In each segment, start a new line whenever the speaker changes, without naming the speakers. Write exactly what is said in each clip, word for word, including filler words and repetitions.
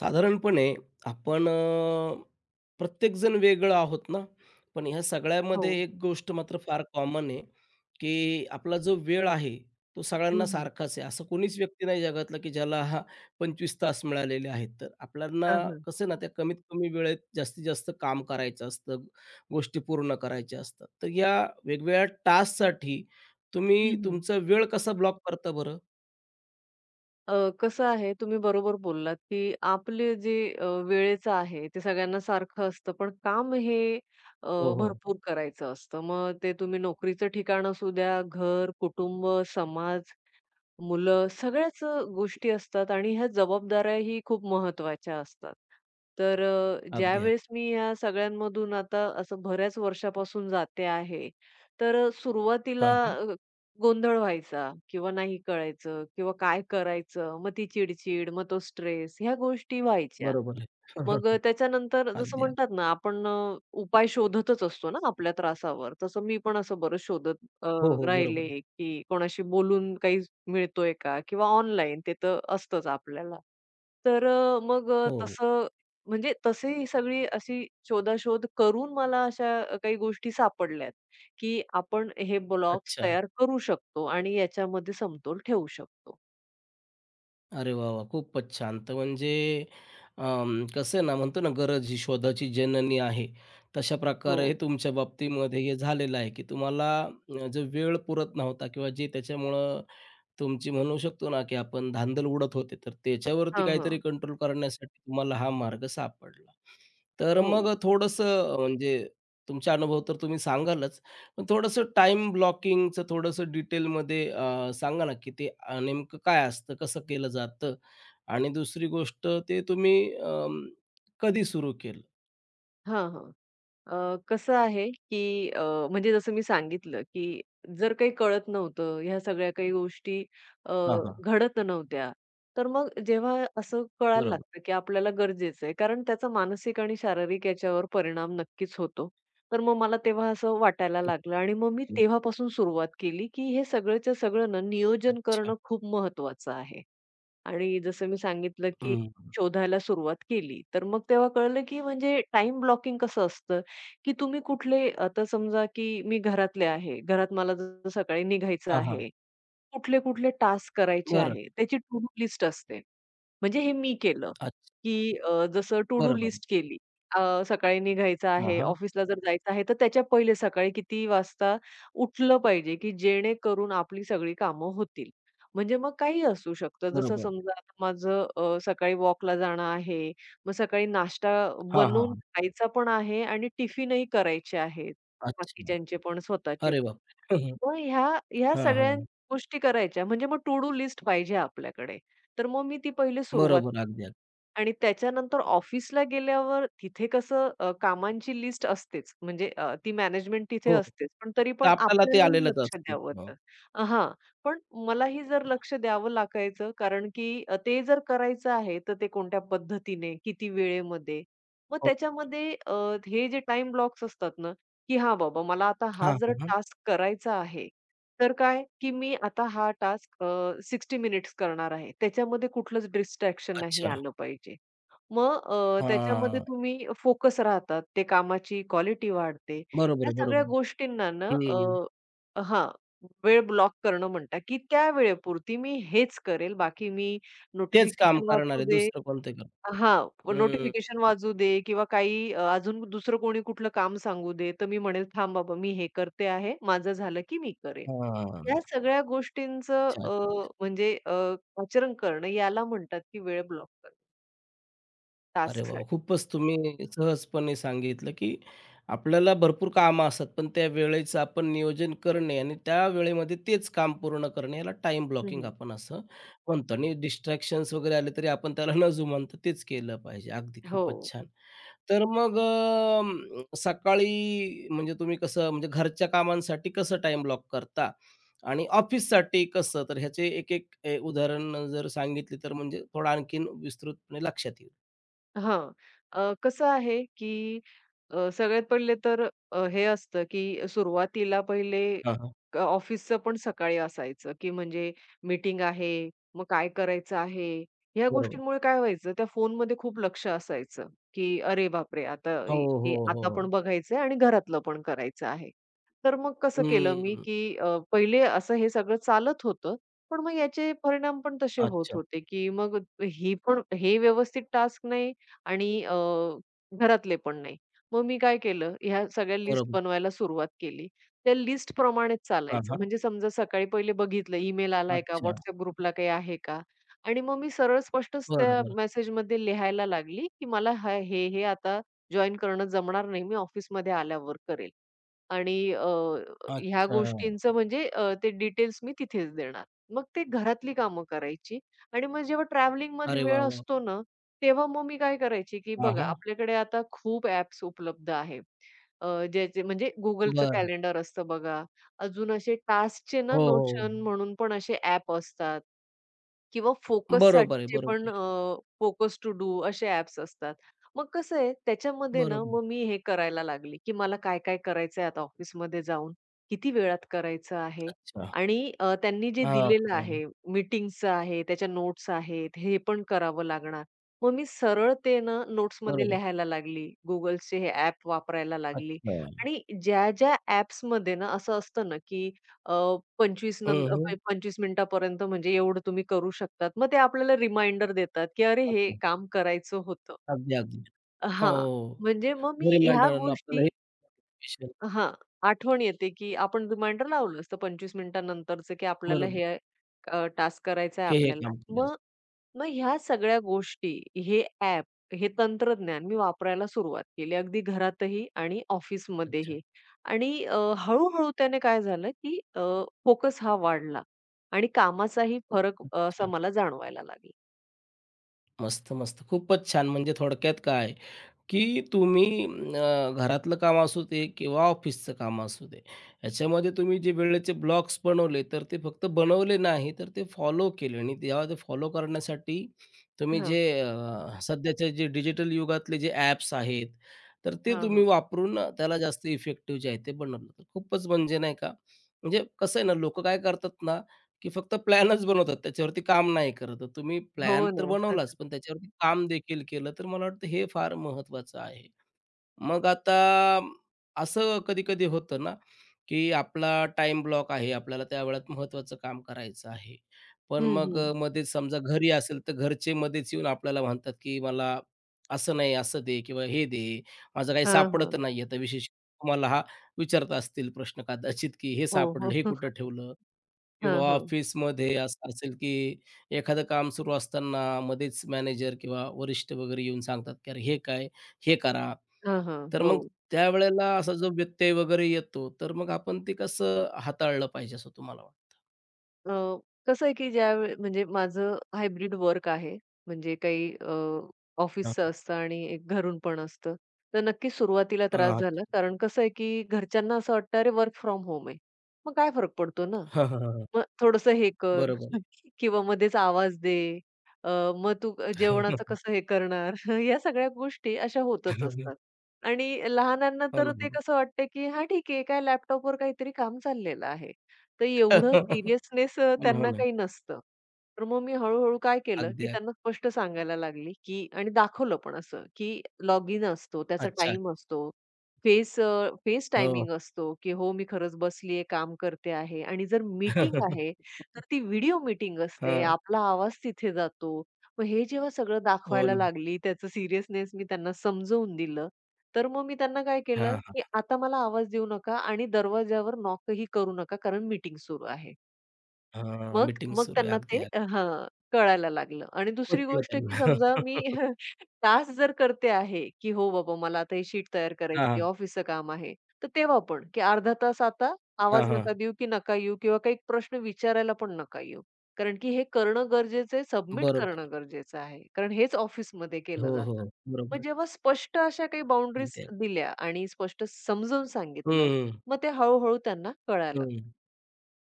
साधारणपणे आपण अ, प्रत्येकजण वेगळं आहोत ना, पण ह्या
हो.
सगळ्यामध्ये एक गोष्ट मात्र फार कॉमन आहे, की आपला जो वेळ आहे, तो
हं,
सगळ्यांना
हं.
सारखाच आहे. असं कोणीच व्यक्ती नाही जगातला, की ज्याला पंचवीस तास मिळालेले आहेत. तर आपल्याला
हां, हां.
कसं आहे ना, त्या कमीत कमी वेळेत जास्तीत जास्त काम करायचं असतं, गोष्टी पूर्ण करायच्या असतात. तर या वेगवेगळ्या टास्कसाठी तुम्ही
हं, हं.
तुमचा वेळ कसा ब्लॉक करता बरं?
अ, कसं आहे तुम्ही बरोबर बोललात, की आपले जे अ, वेळेचं आहे ते सगळ्यांना सारखं असतं, पण काम हे अ,
हो, हो.
भरपूर करायचं असतं. मग ते तुम्ही नोकरीचं ठिकाण असू द्या, घर, कुटुंब, समाज मुलं सगळ्याच अ, गोष्टी असतात आणि ह्या जबाबदाऱ्याही खूप महत्त्वाच्या असतात. तर अ,
अगदी, अगदी.
ज्यावेळेस मी ह्या सगळ्यांमधून आता असं बऱ्याच वर्षापासून जाते आहे, तर अ,
हां,
सुरुवातीला
हां.
अ, गोंधळ व्हायचा किंवा नाही कळायचं किंवा काय करायचं? मग ती चिड मग तो स्ट्रेस ह्या गोष्टी व्हायच्या.
बरोबर आहे.
मग अ, त्याच्यानंतर जसं
अगदी.
म्हणतात ना, आपण अ, उपाय शोधतच असतो ना आपल्या त्रासावर. तसं मी पण असं बरंच शोधत अ,
हो, हो. बरोबर
राहिले,
आहे.
की कोणाशी बोलून काही मिळतोय का? किंवा ऑनलाईन ते तर असतंच आपल्याला. तर अ, मग अ,
हो, हो.
तसं म्हणजे तशी सगळी अशी शोधाशोध करून मला अशा काही गोष्टी सापडल्यात, की आपण हे ब्लॉग्स
अच्छा.
तयार करू शकतो आणि याच्यामध्ये समतोल ठेवू शकतो.
अरे वाह, वाह! खूपच छान. तर म्हणजे अं, कसं आहे ना, म्हणतो ना, गरज ही शोधाची जननी आहे. तशा
हो.
प्रकारे हे तुमच्या बाबतीमध्ये हे झालेलं आहे, की तुम्हाला अ, जो वेळ पुरत नव्हता किंवा जे त्याच्यामुळं तुमची म्हणू शकतो ना, की आपण धांदल उडत होते. तर त्याच्यावरती
हां,
काहीतरी
हां.
कंट्रोल करण्यासाठी तुम्हाला हा मार्ग सापडला. तर
हो.
मग थोडंसं म्हणजे तुमचे अनुभव तर तुम्ही सांगालच. मग थोडंसं टाईम ब्लॉकिंगचं थोडंसं डिटेलमध्ये अ, सांगा ना, की ते अ, नेमकं काय असतं? कसं केलं जातं? आणि दुसरी गोष्ट ते तुम्ही अं, कधी सुरू केलं?
हां, हां. अ, कसं आहे, की अ, म्हणजे जसं मी सांगितलं, की जर काही कळत नव्हतं, ह्या सगळ्या काही गोष्टी अ,
हां, हां.
घडत नव्हत्या. तर मग जेव्हा असं कळायला
बरोबर.
लागतं, की आपल्याला गरजेचं आहे, कारण त्याचा मानसिक आणि शारीरिक याच्यावर परिणाम नक्कीच होतो. तर मग मला तेव्हा असं वाटायला लागलं आणि मग मी
हं.
तेव्हापासून सुरुवात केली, की हे सगळंच्या सगळं ना नियोजन
अच्छा.
करणं खूप महत्त्वाचं आहे. आणि जसं मी सांगितलं, की
हं.
शोधायला सुरुवात केली. तर मग तेव्हा कळलं, की म्हणजे टाईम ब्लॉकिंग कसं असतं, की तुम्ही कुठले आता समजा, की मी घरातले आहे. घरात मला जर सकाळी निघायचं
हां, हां.
आहे. कुठले-कुठले टास्क करायचे
बरं.
आहे, त्याची टू डू लिस्ट असते. म्हणजे हे मी केलं,
अच्छा.
की अ, जसं टू डू
बरोबर.
लिस्ट केली. अ, सकाळी निघायचं
हां,
आहे,
हां.
ऑफिसला जर जायचं आहे, तर त्याच्या पहिले सकाळी किती वाजता उठलं पाहिजे, की जेणेकरून आपली सगळी कामं होतील. म्हणजे मग काही असू शकतं. जसं
बरोबर.
समजा आता माझं अ, सकाळी वॉकला जाणं आहे, मग सकाळी नाश्ता
हां, हां,
बनवून
हां.
खायचा पण आहे आणि टिफिनही करायचे आहेत.
अच्छा.
बाकीच्यांचे पण स्वतःचे
अरे बापरे! हं, हं.
मग ह्या ह्या
हां,
सगळ्या
हां.
गोष्टी करायच्या. म्हणजे मग टू डू लिस्ट पाहिजे आपल्याकडे. तर मग मी ती पहिले सुरुवात
बरोबर. अगदी, अगदी.
आणि त्याच्यानंतर ऑफिसला गेल्यावर तिथे कसं अ, कामांची लिस्ट असतेच. म्हणजे अ, ती मॅनेजमेंट तिथे
हो.
असतेच. पण तरी
तर
पण
आपल्याला ते
आपल्यालाही
आलेलंच
लक्ष
असते.
द्यावं
हो,
होतं. अ, हां. पण मलाही जर लक्ष द्यावं लागायचं कारण की अ, ते जर करायचं आहे तर ते कोणत्या पद्धतीने, किती वेळेमध्ये. मग
हो.
त्याच्यामध्ये अ, हे जे टाईम ब्लॉक्स असतात ना की हां बाबा मला आता
हां,
हा जर
हां, हां.
टास्क करायचा आहे, तर काय की मी आता हा टास्क अ, साठ मिनिट्स करणार आहे. त्याच्यामध्ये कुठलंच डिस्ट्रॅक्शन नाही
अच्छा.
आलं पाहिजे. मग अ, त्याच्यामध्ये
हां.
तुम्ही फोकस राहतात. ते कामाची क्वालिटी वाढते.
बरोबर
या
आहे,
सगळ्या
बरोबर.
गोष्टींना ना
हं.
अ, हां, वेळ ब्लॉक करणं म्हणतात, की त्या वेळेपुरती मी हेच करेल. बाकी मी
तेच काम
नोटिफिकेशन
करणार
वाचू
आहे,
दे
दुसरं कोणतं काम.
हां,
हं.
नोटिफिकेशन वाजू दे किंवा काही अ, अजून दुसरं कोणी कुठलं काम सांगू दे, तर मी म्हणेल, "थांब बाबा, मी हे करते आहे. माझं झालं की मी करेन."
हां.
या सगळ्या गोष्टींचं
अच्छा,
अ,
अच्छा.
म्हणजे अ, आचरण करणं याला म्हणतात की वेळ ब्लॉक करणं
अरे वाह!
टास्कसाठी.
खूपच तुम्ही सहजपणे सांगितलं, की आपल्याला भरपूर कामं असतात, पण त्या वेळेचं आपण नियोजन करणे आणि त्या वेळेमध्ये तेच काम पूर्ण करणे, याला टाईम
हं,
ब्लॉकिंग
हं.
आपण असं म्हणतो आणि डिस्ट्रॅक्शन्स वगैरे आले, तरी आपण त्याला न जुमानता तेच केलं पाहिजे. अगदी
हो.
खूपच छान. तर मग अ, सकाळी म्हणजे तुम्ही कसं म्हणजे घरच्या कामांसाठी कसं टाईम ब्लॉक करता? आणि ऑफिससाठी कसं? तर ह्याचे एक एक ए, उदाहरण जर सांगितली तर म्हणजे थोडं आणखीन विस्तृतपणे लक्षात येईल.
हां. अ, कसं आहे, की अ, सगळ्यात पहिले तर अ, हे असतं, की सुरुवातीला पहिले
हां, हां.
अ, ऑफिसचं पण सकाळी असायचं, की म्हणजे मीटिंग आहे, मग काय करायचं आहे. ह्या
बरोबर.
गोष्टींमुळे काय व्हायचं, त्या फोनमध्ये खूप लक्ष असायचं, की अरे बापरे! आता
हो,
हे हे
हो,
आता पण
हो.
बघायचंय आणि घरातलं पण करायचं आहे. तर मग कसं केलं मी,
हं.
की अ, पहिले असं हे सगळं चालत होतं, पण मग याचे परिणाम पण तसे होत
अच्छा.
होते, की मग ही पण हे व्यवस्थित टास्क नाही आणि अ, घरातले पण नाही. मग मी काय केलं, ह्या सगळ्या लिस्ट
बरोबर.
बनवायला सुरुवात केली. त्या लिस्टप्रमाणेच
हां,
चालायचं.
हां.
म्हणजे समजा सकाळी पहिले बघितलं ईमेल आलाय का?
अच्छा.
WhatsApp ग्रुपला काही आहे का? आणि मग मी सरळ स्पष्टच त्या
बरं,
मेसेजमध्ये लिहायला लागली, की मला ह हे, हे आता जॉइन करणं जमणार नाही. मी ऑफिसमध्ये आल्यावर करेल. आणि अ, ह्या
अच्छा.
गोष्टींचं म्हणजे अ, ते डिटेल्स मी तिथेच देणार. मग ते घरातली कामं करायची आणि मग जेव्हा ट्रॅव्हलिंगमध्ये
अरे वाह,
वेळ
वाह!
असतो ना, तेव्हा मग मी काय करायची, की
हां,
बघा
हां.
आपल्याकडे आता खूप ॲप्स उपलब्ध आहे. अ, ज्याचे म्हणजे Googleचं
बरं.
कॅलेंडर असतं बघा. अजून असे टास्कचे
हो,
ना
हो.
Notion
हो.
म्हणून पण असे ॲप असतात. किंवा
बरोबर आहे,
फोकससाठीचे
बरोबर
पण
आहे.
फोकस टू डू असे ॲप्स असतात. मग कसं आहे त्याच्यामध्ये ना
बरोबर.
मग मी हे करायला लागले, की मला काय-काय करायचंय आता ऑफिसमध्ये जाऊन, किती वेळात करायचं आहे
अच्छा.
आणि अ, त्यांनी जे
हां,
दिलेलं
हां.
आहे मीटिंग्जचं आहे, त्याच्या नोट्स आहेत, हे पण करावं लागणार. मग मी सरळ ते ना नोट्समध्ये
बरोबर.
लिहायला लागली. Googleचे हे ॲप वापरायला लागली
अच्छा.
आणि ज्या-ज्या ॲप्समध्ये ना असं असतं ना, की अ, 25 नं अ,
हं,
प पंचवीस मिनिटापर्यंत म्हणजे एवढं तुम्ही करू शकतात. मग ते आपल्याला रिमाइंडर देतात, की अरे हे
असतो.
काम करायचं होतं.
अगदी, अगदी. हो.
हां, म्हणजे मग मी ह्या
रिमाइंडरनं आपल्याला हे
गोष्टी
नोटिफिकेशन
हां, आठवण येते, की आपण रिमाइंडर लावलं असतं पंचवीस मिनिटानंतरचं, की आपल्याला
बरोबर.
हे टास्क करायचा आहे
हे, हे
आपल्याला.
काम करायचं.
मग मग ह्या सगळ्या गोष्टी, हे ॲप, हे तंत्रज्ञान मी वापरायला सुरुवात केली. अगदी घरातही आणि
अच्छा,
ऑफिसमध्येही. आणि अ, हळू-हळू त्याने काय झालं, की फोकस हा वाढला आणि कामाचाही फरक अ, असा
अच्छा.
मला जाणवायला लागला.
मस्त, मस्त. खूपच छान. म्हणजे थोडक्यात काय, की तुम्ही अ, घरातलं काम असू दे किंवा ऑफिसचं काम असू दे, याच्यामध्ये तुम्ही जे वेळेचे ब्लॉक्स बनवले, तर ते फक्त बनवले नाही, तर ते फॉलो केले आणि तेव्हा ते फॉलो करण्यासाठी तुम्ही
हां,
जे अ, सध्याचे जे डिजिटल युगातले जे ॲप्स आहेत, तर ते
हां,
तुम्ही
हां.
वापरून त्याला जास्त इफेक्टिव्ह जे आहे ते बनवलं. तर खूपच म्हणजे नाही का, म्हणजे कसं आहे ना, लोकं काय करतात ना की फक्त प्लॅनच बनवतात, त्याच्यावरती काम नाही करत. तर तुम्ही प्लॅन
हो
तर
ना.
बनवलाच, पण त्याच्यावरती काम देखील केलं, तर मला वाटतं हे फार महत्त्वाचं आहे. मग आता असं कधी-कधी होतं ना, की आपला टाइम ब्लॉक आहे. आपल्याला त्या वेळात महत्त्वाचं काम करायचं आहे. पण
हं,
मग
हं.
अ, मध्येच समजा घरी असेल, तर घरचे मध्येच येऊन आपल्याला म्हणतात, की "मला असं नाही, असं दे किंवा हे दे. माझं काही
हां, हां.
सापडत नाही आहे." तर विशेष तुम्हाला हा विचारत असतील प्रश्न कदाचित, की "हे
हो, हो.
सापडलं, हे कुठं ठेवलं?"
हां,
किंवा
हां.
ऑफिसमध्ये असं असेल, की एखादं काम सुरू असताना मध्येच मॅनेजर किंवा वरिष्ठ वगैरे येऊन सांगतात, की "अरे, हे काय? हे करा.
हां, हां.
तर
हो.
मग त्यावेळेला असा जो व्यत्यय वगैरे येतो, तर मग आपण ते कसं हाताळलं पाहिजे असं तुम्हाला वाटतं?
अ, कसं आहे, की ज्यावेळी म्हणजे माझं हायब्रिड वर्क आहे. म्हणजे काही अ,
हां.
ऑफिसचं असतं आणि एक घरून पण असतं. तर नक्कीच सुरुवातीला त्रास
हां.
झाला. कारण कसं आहे, की घरच्यांना असं वाटतं, "अरे, वर्क फ्रॉम होम आहे." मग काय फरक पडतो ना?
हां, हां,
मग थोडंसं हे कर
बरोबर आहे.
किंवा मध्येच आवाज दे. अ, मग तू जेवणाचं कसं हे करणार? या सगळ्या गोष्टी अशा होतच असतात. आणि लहानांना
हो
तर
ना, हो.
ते
ना.
कसं वाटतं, की हां, ठीक आहे, काय लॅपटॉपवर काहीतरी काम चाललेलं आहे. तर एवढं
हो
सिरियसनेस अ,
ना, हो
त्यांना
ना.
काही नसतं. तर मग मी हळू काय केलं,
अगदी,
की
अगदी.
त्यांना स्पष्ट सांगायला लागली, की आणि दाखवलं पण असं, की लॉगिन असतो, त्याचा
अच्छा.
टाईम असतो. फेस अ, फेस
हो.
टायमिंग असतो, की हो मी खरंच बसलीये, काम करते आहे आणि जर मीटिंग आहे, तर ती व्हिडिओ मीटिंग असते.
हां.
आपला आवाज तिथे जातो. मग हे जेव्हा सगळं
हो
दाखवायला
ना.
लागली, त्याचं सीरियसनेस मी त्यांना समजवून दिलं. तर मग मी त्यांना काय
हां,
केलं, की
हां.
आता मला आवाज देऊ नका आणि दरवाजावर नॉकही करू नका कारण मीटिंग सुरू आहे.
हां,
मग
मीटिंग
मग
सुरू आहे.
त्यांना
अगदी,
ते अ,
अगदी.
हां, कळायला लागलं आणि दुसरी
पटलं
गोष्ट की
त्यांना.
समजा मी तास जर करते आहे, की हो बाबा मला आता ही शीट तयार
हां,
करायची,
हां.
ऑफिसचं काम आहे. तर तेव्हा पण की अर्धा तास आता आवाज
हां,
नका देऊ, की नका येऊ किंवा काही प्रश्न विचारायला पण नका येऊ. कारण की हे करणं गरजेचं आहे, सबमिट
बरोबर.
करणं गरजेचं आहे. कारण हेच ऑफिसमध्ये
हो,
केलं
हो.
जातं.
बरोबर
मग
आहे.
जेव्हा स्पष्ट अशा काही बाउंडरीज
अगदी, अगदी.
दिल्या आणि स्पष्ट समजावून
हं,
सांगितलं,
हं.
मग ते हळू त्यांना कळायला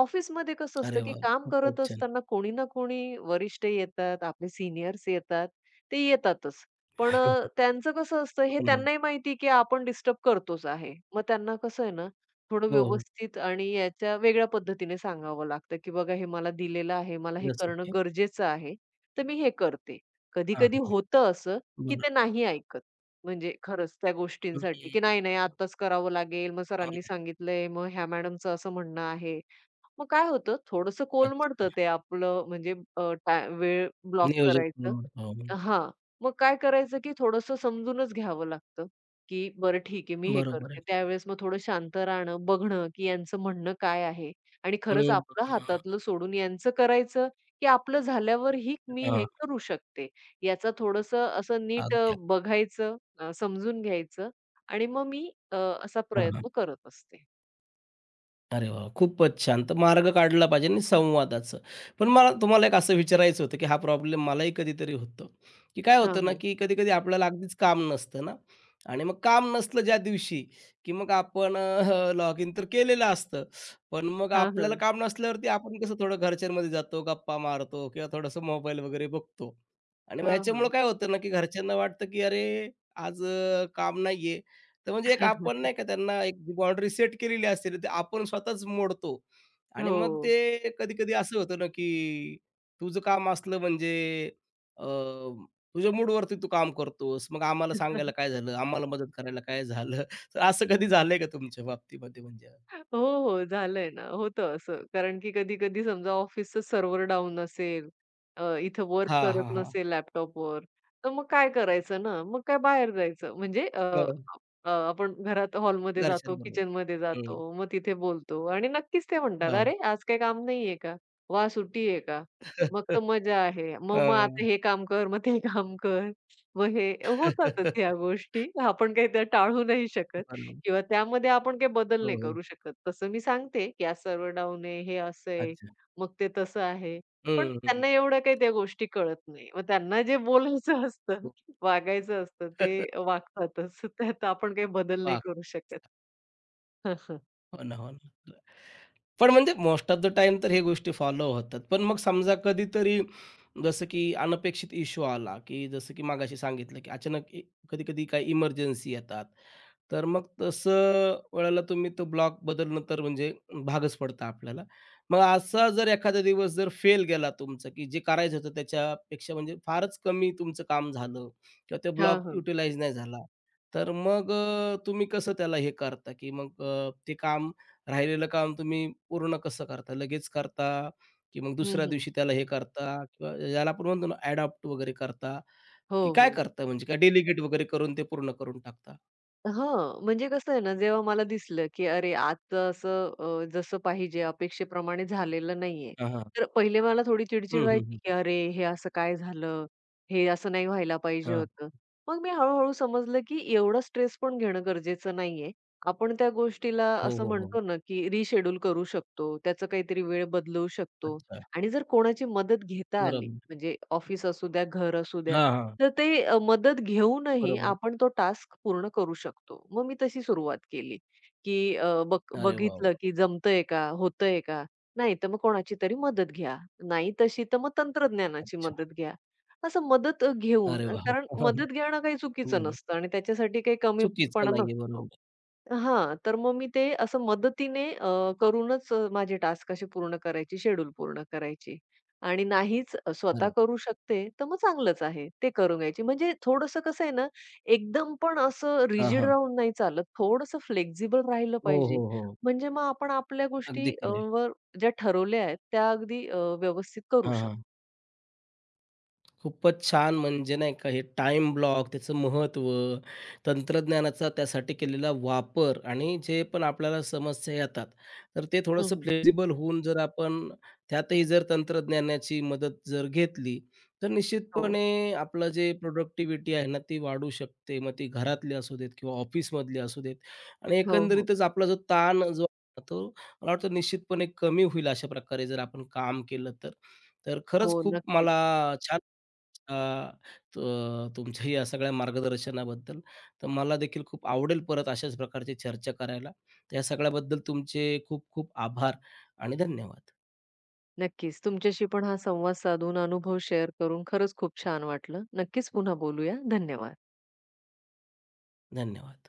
ऑफिसमध्ये कसं
अरे
असतं, की
वाह!
काम
खूपच
करत
छान.
असताना कोणी ना कोणी वरिष्ठ येतात, आपले सीनियर्स येतात, ते येतातच. पण अ, त्यांचं कसं असतं हे
हो ना.
त्यांनाही माहिती, की आपण डिस्टर्ब करतोच आहे. मग त्यांना कसं आहे ना, थोडं
हो, हो.
व्यवस्थित आणि याच्या वेगळ्या पद्धतीने सांगावं लागतं, की बघा हे मला दिलेलं आहे, मला हे
जसं
करणं
की
गरजेचं आहे, तर मी हे करते. कधी-कधी
हां,
होतं असं, की
बरोबर.
ते नाही ऐकत. म्हणजे खरंच त्या गोष्टींसाठी, की
हं,
नाही, नाही आत्ताच करावं लागेल, मग
हां,
सरांनी सांगितलंय, मग ह्या मॅडमचं असं म्हणणं आहे. मग काय होतं, थोडंसं कोलमडतं
अच्छा.
ते आपलं म्हणजे अ, टा वेळ ब्लॉक
नियोजन.
करायचं.
हो,
हां. मग काय करायचं, की थोडंसं समजूनच घ्यावं लागतं, की बरं ठीक आहे, मी हे
बरोबर आहे.
करते. त्यावेळेस मग थोडं शांत राहणं, बघणं, की यांचं म्हणणं काय आहे आणि खरंच
हं,
आपलं
हं.
हातातलं सोडून यांचं करायचं, की आपलं झाल्यावरही मी
हां,
हे करू शकते. याचा थोडंसं असं नीट अ,
अगदी.
बघायचं, अ, समजून घ्यायचं आणि मग मी अ, असा
हां, हां.
प्रयत्न करत असते.
अरे वाह! खूपच छान. तर मार्ग काढला पाहिजे आणि संवादाचं. पण मला तुम्हाला एक असं विचारायचं होतं, की हा प्रॉब्लेम मलाही कधीतरी होतो, की काय
हां,
होतं ना,
हां.
की कधी-कधी आपल्याला अगदीच काम नसतं ना आणि मग काम नसलं ज्या दिवशी, की मग आपण लॉग इन तर केलेलं असतं. पण मग
हां,
आपल्याला
हां.
काम नसल्यावरती आपण कसं थोडं घरच्यांमध्ये जातो, गप्पा मारतो किंवा थोडंसं मोबाईल वगैरे बघतो आणि मग ह्याच्यामुळं काय होतं ना, की घरच्यांना वाटतं, की "अरे, आज अ, काम नाहीये." तर म्हणजे एक
हां,
आपण
हां.
नाही का त्यांना एक बाउंडरी सेट केलेली असते ना, ते आपण स्वतःच मोडतो आणि मग
हो.
ते कधी-कधी असं होतं ना, की तुझं काम असलं म्हणजे अ, तुझ्या मूडवरती तू काम करतोस. मग आम्हाला सांगायला काय झालं? आम्हाला मदत करायला काय झालं? तर असं कधी झालंय का तुमच्या बाबतीमध्ये म्हणजे?
हो, हो. झालंय ना, होतं असं. कारण की कधी-कधी समजा ऑफिसचं सर्व्हर डाऊन असेल, अ, इथं वर्क
हां,
करत
हां, हां.
नसेल लॅपटॉपवर, तर मग काय करायचं ना, मग काय बाहेर जायचं. म्हणजे अ,
हं,
अ, आपण घरात हॉलमध्ये जातो,
घरच्यांबरोबर.
किचनमध्ये
हं,
जातो, मग तिथे बोलतो आणि नक्कीच ते म्हणतात,
हां.
"अरे, आज काही काम नाहीये का? वाह! सुट्टी आहे का? मग
हां.
तर मजा आहे. मग मग आता हे काम कर, मग ते काम कर." मग हे होतातच ह्या गोष्टी. आपण काही त्या टाळू नाही शकत.
बरोबर.
किंवा त्यामध्ये आपण काही बदल
हो,
नाही
हो.
करू शकत. तसं मी सांगते, की आज सर्व्हर डाउन आहे, हे असं आहे,
अच्छा.
मग ते तसं आहे. पण
हं, हं.
त्यांना एवढ्या काही त्या गोष्टी कळत नाही. मग त्यांना जे बोलायचं असतं,
हो.
वागायचं असतं ते वागतातच. त्यात आपण काही बदल नाही
वाह!
करू शकत.
हो ना, हो ना. पण म्हणजे मोस्ट ऑफ द टाईम तर हे गोष्टी फॉलो होतात. पण मग समजा कधीतरी जसं की अनपेक्षित इश्यू आला, की जसं की मगाशी सांगितलं, की अचानक ए कधी-कधी काही इमर्जन्सी येतात. तर मग तसं वेळेला तुम्ही तो ब्लॉक बदलणं तर म्हणजे भागच पडतं आपल्याला. मग असा जर एखादा दिवस जर फेल गेला तुमचा, की जे करायचं होतं त्याच्यापेक्षा म्हणजे फारच कमी तुमचं काम झालं किंवा ते
हां, हां.
ब्लॉक
हां, हां.
युटिलाइज नाही झाला. तर मग अ, तुम्ही कसं त्याला हे करता, की मग अ, ते काम राहिलेलं काम तुम्ही पूर्ण कसं करता? लगेच करता की मग दुसऱ्या दिवशी त्याला हे करता किंवा याला आपण म्हणतो ना अडॉप्ट वगैरे करता
हो,
की काय
हो.
करता? म्हणजे काय डेलिगेट वगैरे करून ते पूर्ण करून टाकता?
हां, म्हणजे कसं आहे ना, जेव्हा मला दिसलं, की अरे आजचं असं अ, जसं पाहिजे अपेक्षेप्रमाणे झालेलं नाहीये.
हां, हां.
तर पहिले मला थोडी चिडचिड
हं, हं,
व्हायची,
हं.
की "अरे हे असं काय झालं? हे असं नाही व्हायला पाहिजे
हां.
होतं." मग मी हळू-हळू समजलं, की एवढा स्ट्रेस पण घेणं गरजेचं नाहीये. आपण त्या गोष्टीला
हो,
असं
हो, हो.
म्हणतो ना, की रिशेड्यूल करू शकतो, त्याचं काहीतरी वेळ बदलवू शकतो
अच्छा.
आणि जर कोणाची मदत घेता आली,
बरोबर.
म्हणजे ऑफिस असू द्या, घर असू द्या,
हां, हां.
तर ते अ, मदत घेऊनही
बरोबर.
आपण तो टास्क पूर्ण करू शकतो. मग मी तशी सुरुवात केली, की अ, बघ
अरे वाह,
बघितलं
वाह!
की जमतंय का? होतंय का? नाही तर मग कोणाची तरी मदत घ्या. नाही तशी तर मग तंत्रज्ञानाची
अच्छा.
मदत घ्या. असं मदत अ, घेऊन
अरे वाह!
कारण
हं.
मदत घेणं काही चुकीचं नसतं आणि त्याच्यासाठी काही
चुकीचं
कमीपणा
नाहीये.
नसतो.
बरोबर.
हां, तर मग मी ते असं मदतीने अ, करूनच अ, माझे टास्क असे पूर्ण करायची, शेड्यूल पूर्ण करायची. आणि नाहीच स्वतः
अरे.
करू शकते, तर मग चांगलंच आहे. ते करून घ्यायची. म्हणजे थोडंसं कसं आहे ना, एकदम पण असं
हां,
रिजिड
हां.
राहून नाही चालत. थोडंसं फ्लेक्सिबल राहिलं
हो,
पाहिजे.
हो, हो.
म्हणजे मग आपण आपल्या गोष्टी
अगदी
अ,
खरं आहे.
वर ज्या ठरवल्या आहेत, त्या अगदी अ, व्यवस्थित करू
हां,
शकतो.
हां. खूपच छान म्हणजे नाही का हे टाईम ब्लॉक, त्याचं महत्त्व, तंत्रज्ञानाचा त्यासाठी केलेला वापर आणि जे पण आपल्याला समस्या येतात, तर ते थोडंसं
हं,
फ्लेक्सिबल होऊन जर आपण त्यातही जर तंत्रज्ञानाची मदत जर घेतली, तर
हो.
निश्चितपणे आपलं जे प्रोडक्टिव्हिटी आहे ना, ती वाढू शकते. मग ती घरातली असू देत किंवा ऑफिसमधली असू देत आणि
हो, हो.
एकंदरीतच आपला जो ताण जो आहे ना, तो मला वाटतं निश्चितपणे कमी होईल अशा प्रकारे जर आपण काम केलं तर. तर
हो,
खरंच खूप
नक्कीच.
मला छान अ, त तुमच्या या सगळ्या मार्गदर्शनाबद्दल. तर मला देखील खूप आवडेल परत अशाच प्रकारची चर्चा करायला. तर या सगळ्याबद्दल तुमचे खूप खूप आभार आणि धन्यवाद.
नक्कीच. तुमच्याशी पण हा संवाद साधून अनुभव शेअर करून खरंच खूप छान वाटलं. नक्कीच पुन्हा बोलूया. धन्यवाद.
धन्यवाद.